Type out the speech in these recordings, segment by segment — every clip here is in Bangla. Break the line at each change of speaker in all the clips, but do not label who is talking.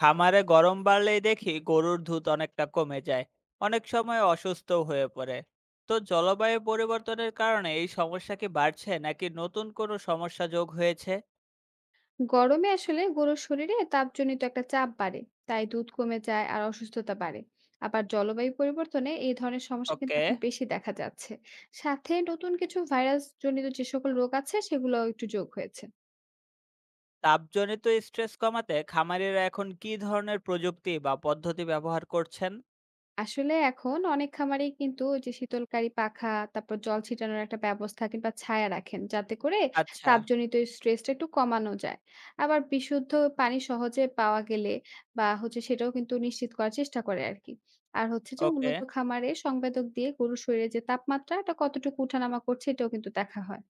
খামারে গরম বাড়লেই দেখি গরুর দুধ অনেকটা কমে যায়। অনেক সময় অসুস্থ হয়ে পড়ে। তো জলবায়ু পরিবর্তনের কারণে এই সমস্যা কি বাড়ছে নাকি নতুন কোনো সমস্যা যোগ হয়েছে?
গরমে আসলে গরুর শরীরে তাপজনিত একটা চাপ বাড়ে। তাই দুধ কমে যায় আর অসুস্থতা বাড়ে। আবার জলবায়ু পরিবর্তনে এই ধরনের সমস্যা কিন্তু
ওকে।
এখন বেশি দেখা যাচ্ছে। সাথে নতুন কিছু ভাইরাস জনিত যে সকল রোগ আছে সেগুলোও একটু যোগ হয়েছে।
তাপজনিত স্ট্রেস কমাতে খামারিরা এখন কি ধরনের প্রযুক্তি বা পদ্ধতি ব্যবহার করছেন?
আসলে এখন অনেক খামারেই কিন্তু ওই যে শীতলকারী পাখা, তারপর জল ছিটানোর একটা ব্যবস্থা কিংবা ছায়া রাখেন, যাতে করে
আচ্ছা।
তাপজনিত স্ট্রেসটা একটু কমানো যায়। আবার বিশুদ্ধ পানি সহজে পাওয়া গেলে বা হচ্ছে, সেটাও কিন্তু নিশ্চিত করার চেষ্টা করে আরকি। আর হচ্ছে যে,
ওকে।
উন্নত খামারে সংবেদক দিয়ে গরুর শরীরে যে তাপমাত্রা, এটা কতটুকু উঠানামা করছে এটাও কিন্তু দেখা হয়।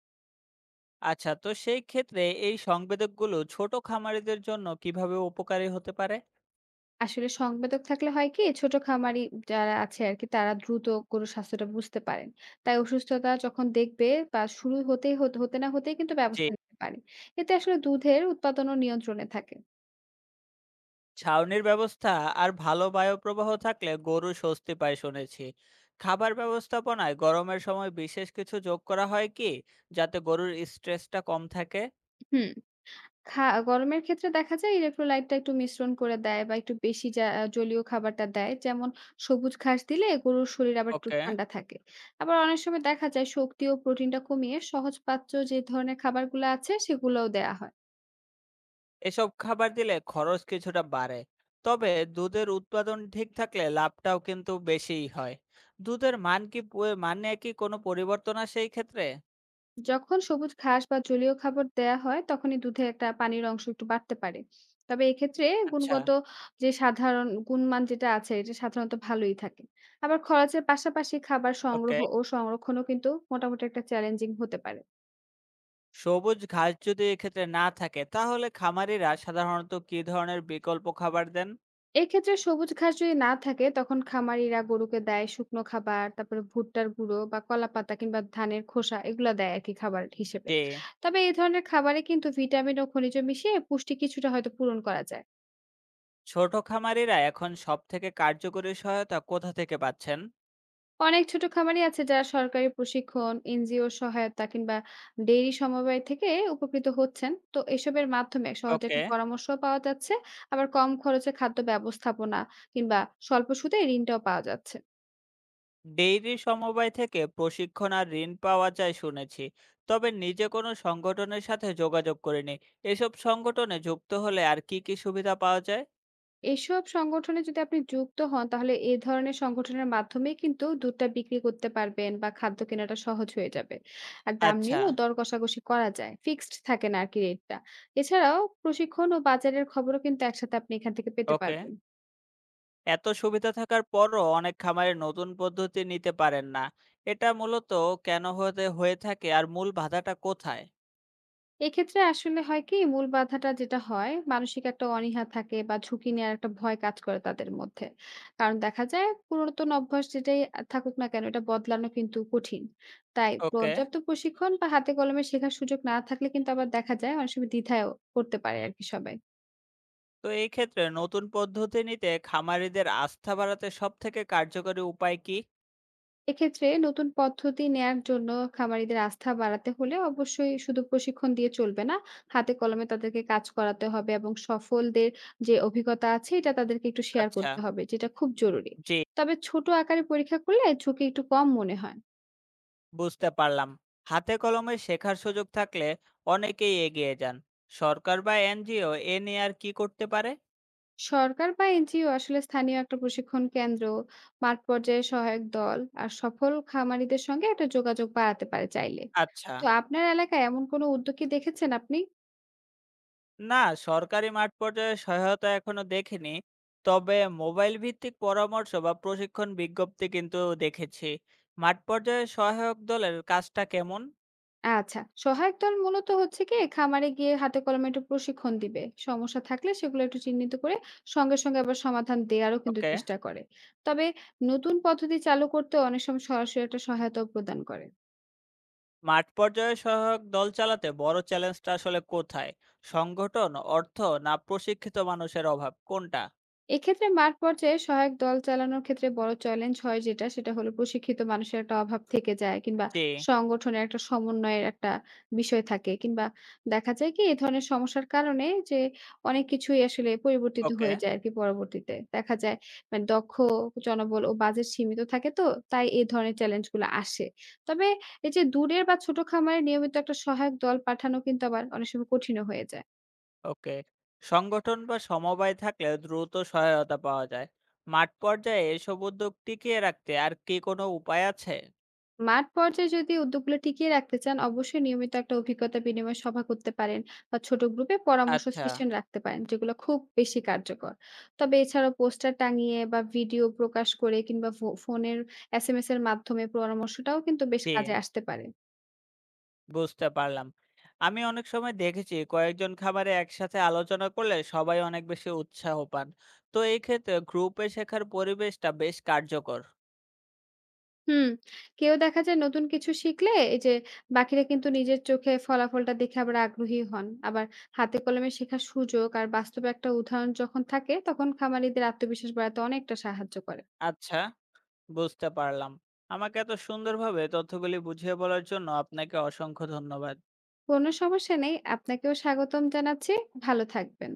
আচ্ছা, তো সেই ক্ষেত্রে এই সংবেদকগুলো ছোট খামারিদের জন্য কিভাবে উপকারী হতে পারে?
আসলে সংবেদক থাকলে হয় কি, ছোট খামারি যারা আছে আর কি, তারা দ্রুত গরুর স্বাস্থ্যটা বুঝতে পারেন। তাই অসুস্থতা যখন দেখবে বা শুরু হতেই, হতে হতে না হতেই কিন্তু
জি।
ব্যবস্থা নিতে পারে। এতে আসলে দুধের উৎপাদনও নিয়ন্ত্রণে থাকে।
ছাউনির ব্যবস্থা আর ভালো বায়ু প্রবাহ থাকলে গরু স্বস্তি পায় শুনেছি। খাবার ব্যবস্থাপনায় গরমের সময় বিশেষ কিছু যোগ করা হয় কি, যাতে গরুর স্ট্রেসটা কম থাকে?
হুম খা- গরমের ক্ষেত্রে দেখা যায় ইলেক্ট্রোলাইটটা একটু মিশ্রণ করে দেয়, বা একটু বেশি জলীয় খাবারটা দেয়। যেমন সবুজ ঘাস দিলে গরুর শরীর আবার একটু
ওকে।
ঠান্ডা থাকে। আবার অনেক সময় দেখা যায় শক্তি ও প্রোটিনটা কমিয়ে সহজপাচ্য যে ধরনের খাবারগুলো আছে সেগুলোও দেয়া হয়।
এসব খাবার দিলে খরচ কিছুটা বাড়ে, তবে দুধের উৎপাদন ঠিক থাকলে লাভটাও কিন্তু বেশিই হয়। দুধের মান কি মানে কি কোনো পরিবর্তন আসে এই ক্ষেত্রে?
যখন সবুজ ঘাস বা জলীয় খাবার দেয়া হয় তখনই দুধে একটা পানির অংশ একটু বাড়তে পারে। তবে এক্ষেত্রে
আচ্ছা।
গুণগত, যে সাধারণ গুণমান যেটা আছে এটা সাধারণত ভালোই থাকে। আবার খরচের পাশাপাশি খাবার
ওকে।
সংগ্রহ ও সংরক্ষণও কিন্তু মোটামুটি একটা চ্যালেঞ্জিং হতে পারে।
সবুজ ঘাস যদি এক্ষেত্রে না থাকে তাহলে খামারিরা সাধারণত কি ধরনের বিকল্প খাবার দেন?
এক্ষেত্রে সবুজ ঘাস যদি না থাকে তখন খামারিরা গরুকে দেয় শুকনো খাবার, তারপরে ভুট্টার গুঁড়ো বা কলা পাতা কিংবা ধানের খোসা, এগুলা দেয় আর কি খাবার হিসেবে।
জি।
তবে এই ধরনের খাবারে কিন্তু ভিটামিন ও খনিজ মিশিয়ে পুষ্টি কিছুটা হয়তো পূরণ করা যায়।
ছোট খামারিরা এখন সবথেকে কার্যকরী সহায়তা কোথা থেকে পাচ্ছেন?
অনেক ছোট খামারই আছে যারা সরকারি প্রশিক্ষণ, এনজিও সহায়তা কিংবা ডেইরি সমবায় থেকে উপকৃত হচ্ছেন। তো এসবের মাধ্যমে সহজে
ওকে।
একটা পরামর্শ পাওয়া যাচ্ছে, আবার কম খরচে খাদ্য ব্যবস্থাপনা কিংবা স্বল্প সুদে ঋণটাও পাওয়া যাচ্ছে।
ডেইরি সমবায় থেকে প্রশিক্ষণ আর ঋণ পাওয়া যায় শুনেছি, তবে নিজে কোনো সংগঠনের সাথে যোগাযোগ করিনি। এসব সংগঠনে যুক্ত হলে আর কি কি সুবিধা পাওয়া যায়?
এসব সংগঠনে যদি আপনি যুক্ত হন, তাহলে এ ধরনের সংগঠনের মাধ্যমেই কিন্তু দুধটা বিক্রি করতে পারবেন বা খাদ্য কেনাটা সহজ হয়ে যাবে। আর দাম
আচ্ছা।
নিয়েও দর কষাকষি করা যায়। ফিক্সড থাকে না আরকি রেটটা। এছাড়াও প্রশিক্ষণ ও বাজারের খবরও কিন্তু একসাথে আপনি এখান থেকে পেতে
ওকে।
পারবেন।
এত সুবিধা থাকার পরও অনেক খামারে নতুন পদ্ধতি নিতে পারেন না। এটা মূলত কেন হয়ে থাকে আর মূল বাধাটা কোথায়?
এক্ষেত্রে আসলে হয় কি, মূল বাধাটা যেটা হয়, মানসিক একটা অনীহা থাকে বা ঝুঁকি নেওয়ার একটা ভয় কাজ করে তাদের মধ্যে। কারণ দেখা যায় পুরাতন অভ্যাস যেটাই থাকুক না কেন এটা বদলানো কিন্তু কঠিন। তাই
ওকে।
পর্যাপ্ত প্রশিক্ষণ বা হাতে কলমে শেখার সুযোগ না থাকলে কিন্তু আবার দেখা যায় অনেক সময় দ্বিধায় পড়তে পারে আর কি সবাই।
তো এই ক্ষেত্রে নতুন পদ্ধতি নিতে খামারিদের আস্থা বাড়াতে সবথেকে কার্যকরী উপায় কি?
এক্ষেত্রে নতুন পদ্ধতি নেয়ার জন্য খামারিদের আস্থা বাড়াতে হলে অবশ্যই শুধু প্রশিক্ষণ দিয়ে চলবে না, হাতে কলমে তাদেরকে কাজ করাতে হবে এবং সফলদের যে অভিজ্ঞতা আছে এটা তাদেরকে একটু শেয়ার
আচ্ছা।
করতে হবে, যেটা খুব জরুরি।
জি।
তবে ছোট আকারে পরীক্ষা করলে ঝুঁকি একটু কম মনে হয়।
বুঝতে পারলাম। হাতে কলমে শেখার সুযোগ থাকলে অনেকেই এগিয়ে যান। সরকার বা এনজিও এ নিয়ে আর কি করতে পারে?
সরকার বা এনজিও আসলে স্থানীয় একটা প্রশিক্ষণ কেন্দ্র, মাঠ পর্যায়ে সহায়ক দল আর সফল খামারিদের সঙ্গে একটা যোগাযোগ বাড়াতে পারে চাইলে।
আচ্ছা।
তো আপনার এলাকায় এমন কোনো উদ্যোগ কি দেখেছেন আপনি?
না, সরকারি মাঠ পর্যায়ে সহায়তা এখনো দেখিনি, তবে মোবাইল ভিত্তিক পরামর্শ বা প্রশিক্ষণ বিজ্ঞপ্তি কিন্তু দেখেছি। মাঠ পর্যায়ে সহায়ক দলের কাজটা কেমন?
আচ্ছা। সহায়ক দল মূলত হচ্ছে গিয়ে খামারে গিয়ে হাতে কলমে একটু প্রশিক্ষণ দিবে। সমস্যা থাকলে সেগুলো একটু চিহ্নিত করে সঙ্গে সঙ্গে আবার সমাধান দেয়ারও কিন্তু
ওকে।
চেষ্টা করে। তবে নতুন পদ্ধতি চালু করতে অনেক সময় সরাসরি একটা সহায়তাও প্রদান করে।
মাঠ পর্যায়ে সহায়ক দল চালাতে বড় চ্যালেঞ্জটা আসলে কোথায়? সংগঠন, অর্থ, না প্রশিক্ষিত মানুষের অভাব, কোনটা?
এক্ষেত্রে মাঠ পর্যায়ে সহায়ক দল চালানোর ক্ষেত্রে বড় চ্যালেঞ্জ হয় যেটা, সেটা হলো প্রশিক্ষিত মানুষের একটা অভাব থেকে যায়, কিংবা
জি।
সংগঠনের একটা সমন্বয়ের একটা বিষয় থাকে, কিংবা দেখা যায় কি এই ধরনের সমস্যার কারণে যে অনেক কিছুই আসলে পরিবর্তিত
ওকে।
হয়ে যায় আর কি পরবর্তীতে দেখা যায়। মানে দক্ষ জনবল ও বাজেট সীমিত থাকে, তো তাই এই ধরনের চ্যালেঞ্জ গুলো আসে। তবে এই যে দূরের বা ছোট খামারে নিয়মিত একটা সহায়ক দল পাঠানো কিন্তু আবার অনেক সময় কঠিন হয়ে যায়।
ওকে। সংগঠন বা সমবায় থাকলে দ্রুত সহায়তা পাওয়া যায়। মাঠ পর্যায়ে এসব উদ্যোগ টিকিয়ে রাখতে আর কি কোনো উপায় আছে?
মাঠ পর্যায়ে যদি উদ্যোগগুলো টিকিয়ে রাখতে চান, অবশ্যই নিয়মিত একটা অভিজ্ঞতা বিনিময় সভা করতে পারেন বা ছোট গ্রুপে পরামর্শ
আচ্ছা।
সেশন রাখতে পারেন, যেগুলো খুব বেশি কার্যকর। তবে এছাড়াও পোস্টার টাঙিয়ে বা ভিডিও প্রকাশ করে কিংবা ফোনের এসএমএস এর মাধ্যমে পরামর্শটাও কিন্তু বেশ
জি।
কাজে আসতে পারে।
বুঝতে পারলাম। আমি অনেক সময় দেখেছি কয়েকজন খামারে একসাথে আলোচনা করলে সবাই অনেক বেশি উৎসাহ পান। তো এই ক্ষেত্রে গ্রুপে শেখার পরিবেশটা বেশ কার্যকর।
হুম কেউ দেখা যায় নতুন কিছু শিখলে, এই যে বাকিরা কিন্তু নিজের চোখে ফলাফলটা দেখে আবার আগ্রহী হন। আবার হাতে কলমে শেখার সুযোগ আর বাস্তবে একটা উদাহরণ যখন থাকে তখন খামারিদের আত্মবিশ্বাস বাড়াতে অনেকটা সাহায্য করে।
আচ্ছা। বুঝতে পারলাম। আমাকে এত সুন্দরভাবে তথ্যগুলি বুঝিয়ে বলার জন্য আপনাকে অসংখ্য ধন্যবাদ।
কোনো সমস্যা নেই। আপনাকেও স্বাগতম জানাচ্ছি। ভালো থাকবেন।